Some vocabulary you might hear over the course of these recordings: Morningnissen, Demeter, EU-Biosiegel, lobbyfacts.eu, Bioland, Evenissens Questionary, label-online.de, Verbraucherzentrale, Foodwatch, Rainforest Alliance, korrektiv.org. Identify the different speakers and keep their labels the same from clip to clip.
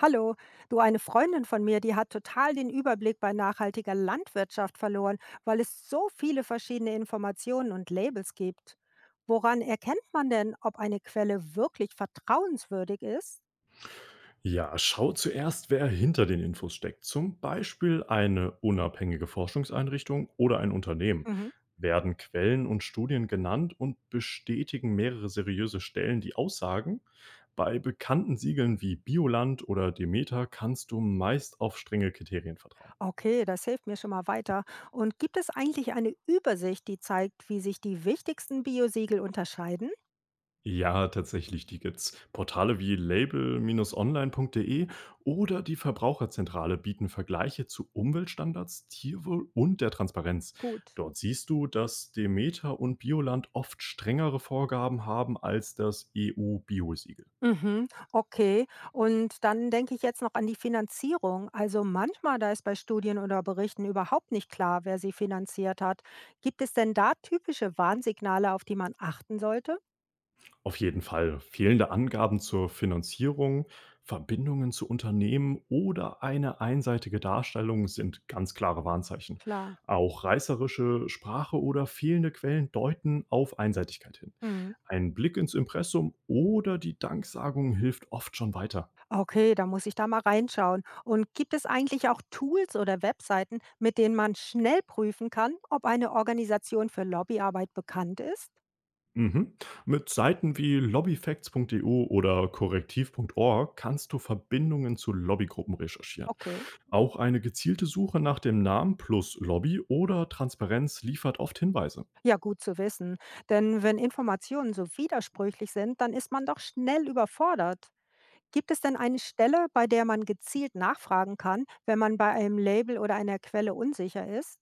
Speaker 1: Hallo, du, eine Freundin von mir, die hat total den Überblick bei nachhaltiger Landwirtschaft verloren, weil es so viele verschiedene Informationen und Labels gibt. Woran erkennt man denn, ob eine Quelle wirklich vertrauenswürdig ist?
Speaker 2: Ja, schau zuerst, wer hinter den Infos steckt. Zum Beispiel eine unabhängige Forschungseinrichtung oder ein Unternehmen.
Speaker 1: Mhm.
Speaker 2: Werden Quellen und Studien genannt und bestätigen mehrere seriöse Stellen die Aussagen? Bei bekannten Siegeln wie Bioland oder Demeter kannst du meist auf strenge Kriterien vertrauen.
Speaker 1: Okay, das hilft mir schon mal weiter. Und gibt es eigentlich eine Übersicht, die zeigt, wie sich die wichtigsten Biosiegel unterscheiden?
Speaker 2: Ja, tatsächlich, die gibt's. Portale wie label-online.de oder die Verbraucherzentrale bieten Vergleiche zu Umweltstandards, Tierwohl und der Transparenz.
Speaker 1: Gut.
Speaker 2: Dort siehst du, dass Demeter und Bioland oft strengere Vorgaben haben als das EU-Biosiegel.
Speaker 1: Mhm, okay. Und dann denke ich jetzt noch an die Finanzierung. Also manchmal, da ist bei Studien oder Berichten überhaupt nicht klar, wer sie finanziert hat. Gibt es denn da typische Warnsignale, auf die man achten sollte?
Speaker 2: Auf jeden Fall. Fehlende Angaben zur Finanzierung, Verbindungen zu Unternehmen oder eine einseitige Darstellung sind ganz klare Warnzeichen.
Speaker 1: Klar.
Speaker 2: Auch reißerische Sprache oder fehlende Quellen deuten auf Einseitigkeit hin.
Speaker 1: Mhm.
Speaker 2: Ein Blick ins Impressum oder die Danksagung hilft oft schon weiter.
Speaker 1: Okay, da muss ich da mal reinschauen. Und gibt es eigentlich auch Tools oder Webseiten, mit denen man schnell prüfen kann, ob eine Organisation für Lobbyarbeit bekannt ist?
Speaker 2: Mhm. Mit Seiten wie lobbyfacts.eu oder korrektiv.org kannst du Verbindungen zu Lobbygruppen recherchieren.
Speaker 1: Okay,
Speaker 2: Auch eine gezielte Suche nach dem Namen plus Lobby oder Transparenz liefert oft Hinweise.
Speaker 1: ja, gut zu wissen. Denn wenn Informationen so widersprüchlich sind, dann ist man doch schnell überfordert. Gibt es denn eine Stelle, bei der man gezielt nachfragen kann, wenn man bei einem Label oder einer Quelle unsicher ist?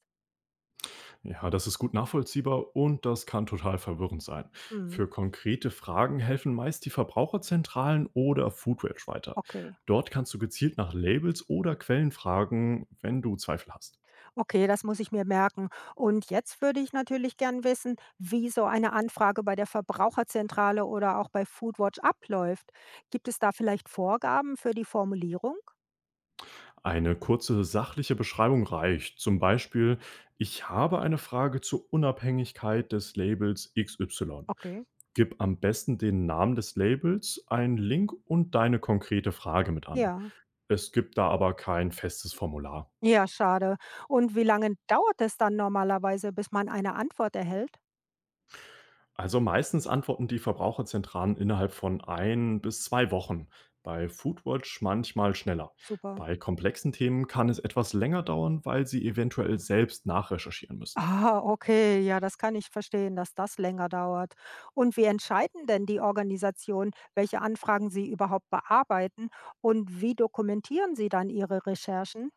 Speaker 2: Ja, das ist gut nachvollziehbar und das kann total verwirrend sein.
Speaker 1: Mhm.
Speaker 2: Für konkrete Fragen helfen meist die Verbraucherzentralen oder Foodwatch weiter.
Speaker 1: Okay,
Speaker 2: Dort kannst du gezielt nach Labels oder Quellen fragen, wenn du Zweifel hast.
Speaker 1: okay, das muss ich mir merken. Und jetzt würde ich natürlich gern wissen, wie so eine Anfrage bei der Verbraucherzentrale oder auch bei Foodwatch abläuft. Gibt es da vielleicht Vorgaben für die Formulierung?
Speaker 2: Eine kurze sachliche Beschreibung reicht. Zum Beispiel, ich habe eine Frage zur Unabhängigkeit des Labels XY.
Speaker 1: Okay.
Speaker 2: Gib am besten den Namen des Labels, einen Link und deine konkrete Frage mit an.
Speaker 1: Ja.
Speaker 2: Es gibt da aber kein festes Formular.
Speaker 1: Ja, schade. Und wie lange dauert es dann normalerweise, bis man eine Antwort erhält?
Speaker 2: Also meistens antworten die Verbraucherzentralen innerhalb von ein bis zwei Wochen. Bei Foodwatch manchmal schneller.
Speaker 1: Super.
Speaker 2: Bei komplexen Themen kann es etwas länger dauern, weil sie eventuell selbst nachrecherchieren müssen.
Speaker 1: Ah, okay, ja, das kann ich verstehen, dass das länger dauert. Und wie entscheiden denn die Organisationen, welche Anfragen sie überhaupt bearbeiten und wie dokumentieren sie dann ihre Recherchen?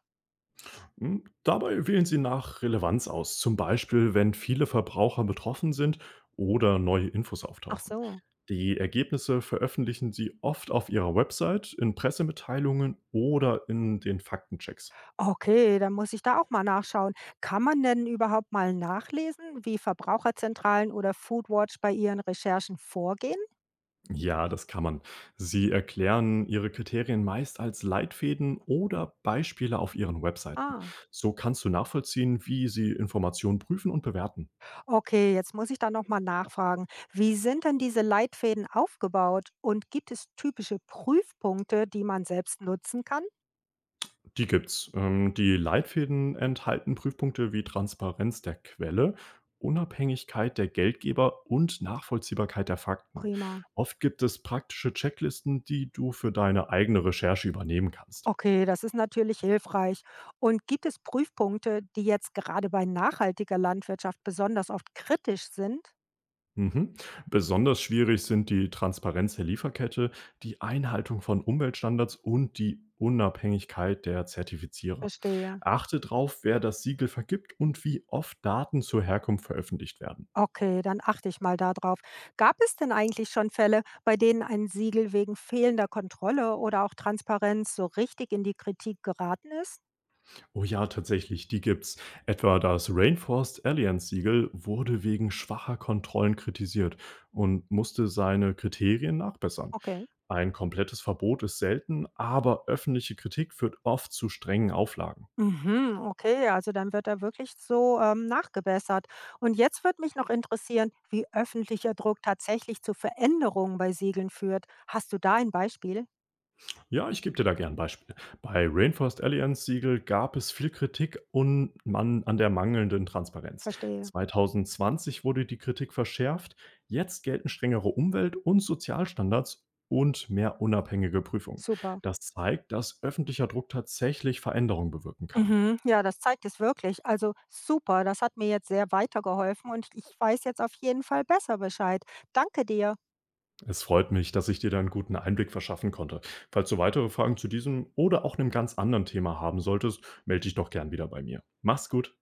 Speaker 2: Dabei wählen Sie nach Relevanz aus, zum Beispiel wenn viele Verbraucher betroffen sind oder neue Infos
Speaker 1: Ach
Speaker 2: auftauchen.
Speaker 1: so.
Speaker 2: Die Ergebnisse veröffentlichen Sie oft auf Ihrer Website, in Pressemitteilungen oder in den Faktenchecks.
Speaker 1: Okay, dann muss ich da auch mal nachschauen. Kann man denn überhaupt mal nachlesen, wie Verbraucherzentralen oder Foodwatch bei ihren Recherchen vorgehen?
Speaker 2: Ja, das kann man. Sie erklären Ihre Kriterien meist als Leitfäden oder Beispiele auf Ihren Webseiten.
Speaker 1: Ah.
Speaker 2: So kannst du nachvollziehen, wie Sie Informationen prüfen und bewerten.
Speaker 1: Okay, jetzt muss ich da noch mal nachfragen. Wie sind denn diese Leitfäden aufgebaut und gibt es typische Prüfpunkte, die man selbst nutzen kann?
Speaker 2: Die gibt's. Die Leitfäden enthalten Prüfpunkte wie Transparenz der Quelle, Unabhängigkeit der Geldgeber und Nachvollziehbarkeit der Fakten.
Speaker 1: Prima.
Speaker 2: Oft gibt es praktische Checklisten, die du für deine eigene Recherche übernehmen kannst.
Speaker 1: Okay, das ist natürlich hilfreich. Und gibt es Prüfpunkte, die jetzt gerade bei nachhaltiger Landwirtschaft besonders oft kritisch sind?
Speaker 2: Mhm. Besonders schwierig sind die Transparenz der Lieferkette, die Einhaltung von Umweltstandards und die Unabhängigkeit der Zertifizierer.
Speaker 1: Verstehe.
Speaker 2: Achte darauf, wer das Siegel vergibt und wie oft Daten zur Herkunft veröffentlicht werden.
Speaker 1: Okay, dann achte ich mal darauf. Gab es denn eigentlich schon Fälle, bei denen ein Siegel wegen fehlender Kontrolle oder auch Transparenz so richtig in die Kritik geraten ist?
Speaker 2: Oh ja, tatsächlich, die gibt's. Etwa das Rainforest Alliance Siegel wurde wegen schwacher Kontrollen kritisiert und musste seine Kriterien nachbessern.
Speaker 1: Okay.
Speaker 2: Ein komplettes Verbot ist selten, aber öffentliche Kritik führt oft zu strengen Auflagen.
Speaker 1: Mhm, okay, also dann wird da wirklich nachgebessert. Und jetzt würde mich noch interessieren, wie öffentlicher Druck tatsächlich zu Veränderungen bei Siegeln führt. Hast du da ein Beispiel?
Speaker 2: Ja, ich gebe dir da gern Beispiele. Bei Rainforest Alliance Siegel gab es viel Kritik und man an der mangelnden Transparenz.
Speaker 1: Verstehe.
Speaker 2: 2020 wurde die Kritik verschärft. Jetzt gelten strengere Umwelt- und Sozialstandards und mehr unabhängige Prüfungen.
Speaker 1: Super.
Speaker 2: Das zeigt, dass öffentlicher Druck tatsächlich Veränderungen bewirken kann.
Speaker 1: Mhm. Ja, das zeigt es wirklich. Also super, das hat mir jetzt sehr weitergeholfen und ich weiß jetzt auf jeden Fall besser Bescheid. Danke dir.
Speaker 2: Es freut mich, dass ich dir da einen guten Einblick verschaffen konnte. Falls du weitere Fragen zu diesem oder auch einem ganz anderen Thema haben solltest, melde dich doch gern wieder bei mir. Mach's gut.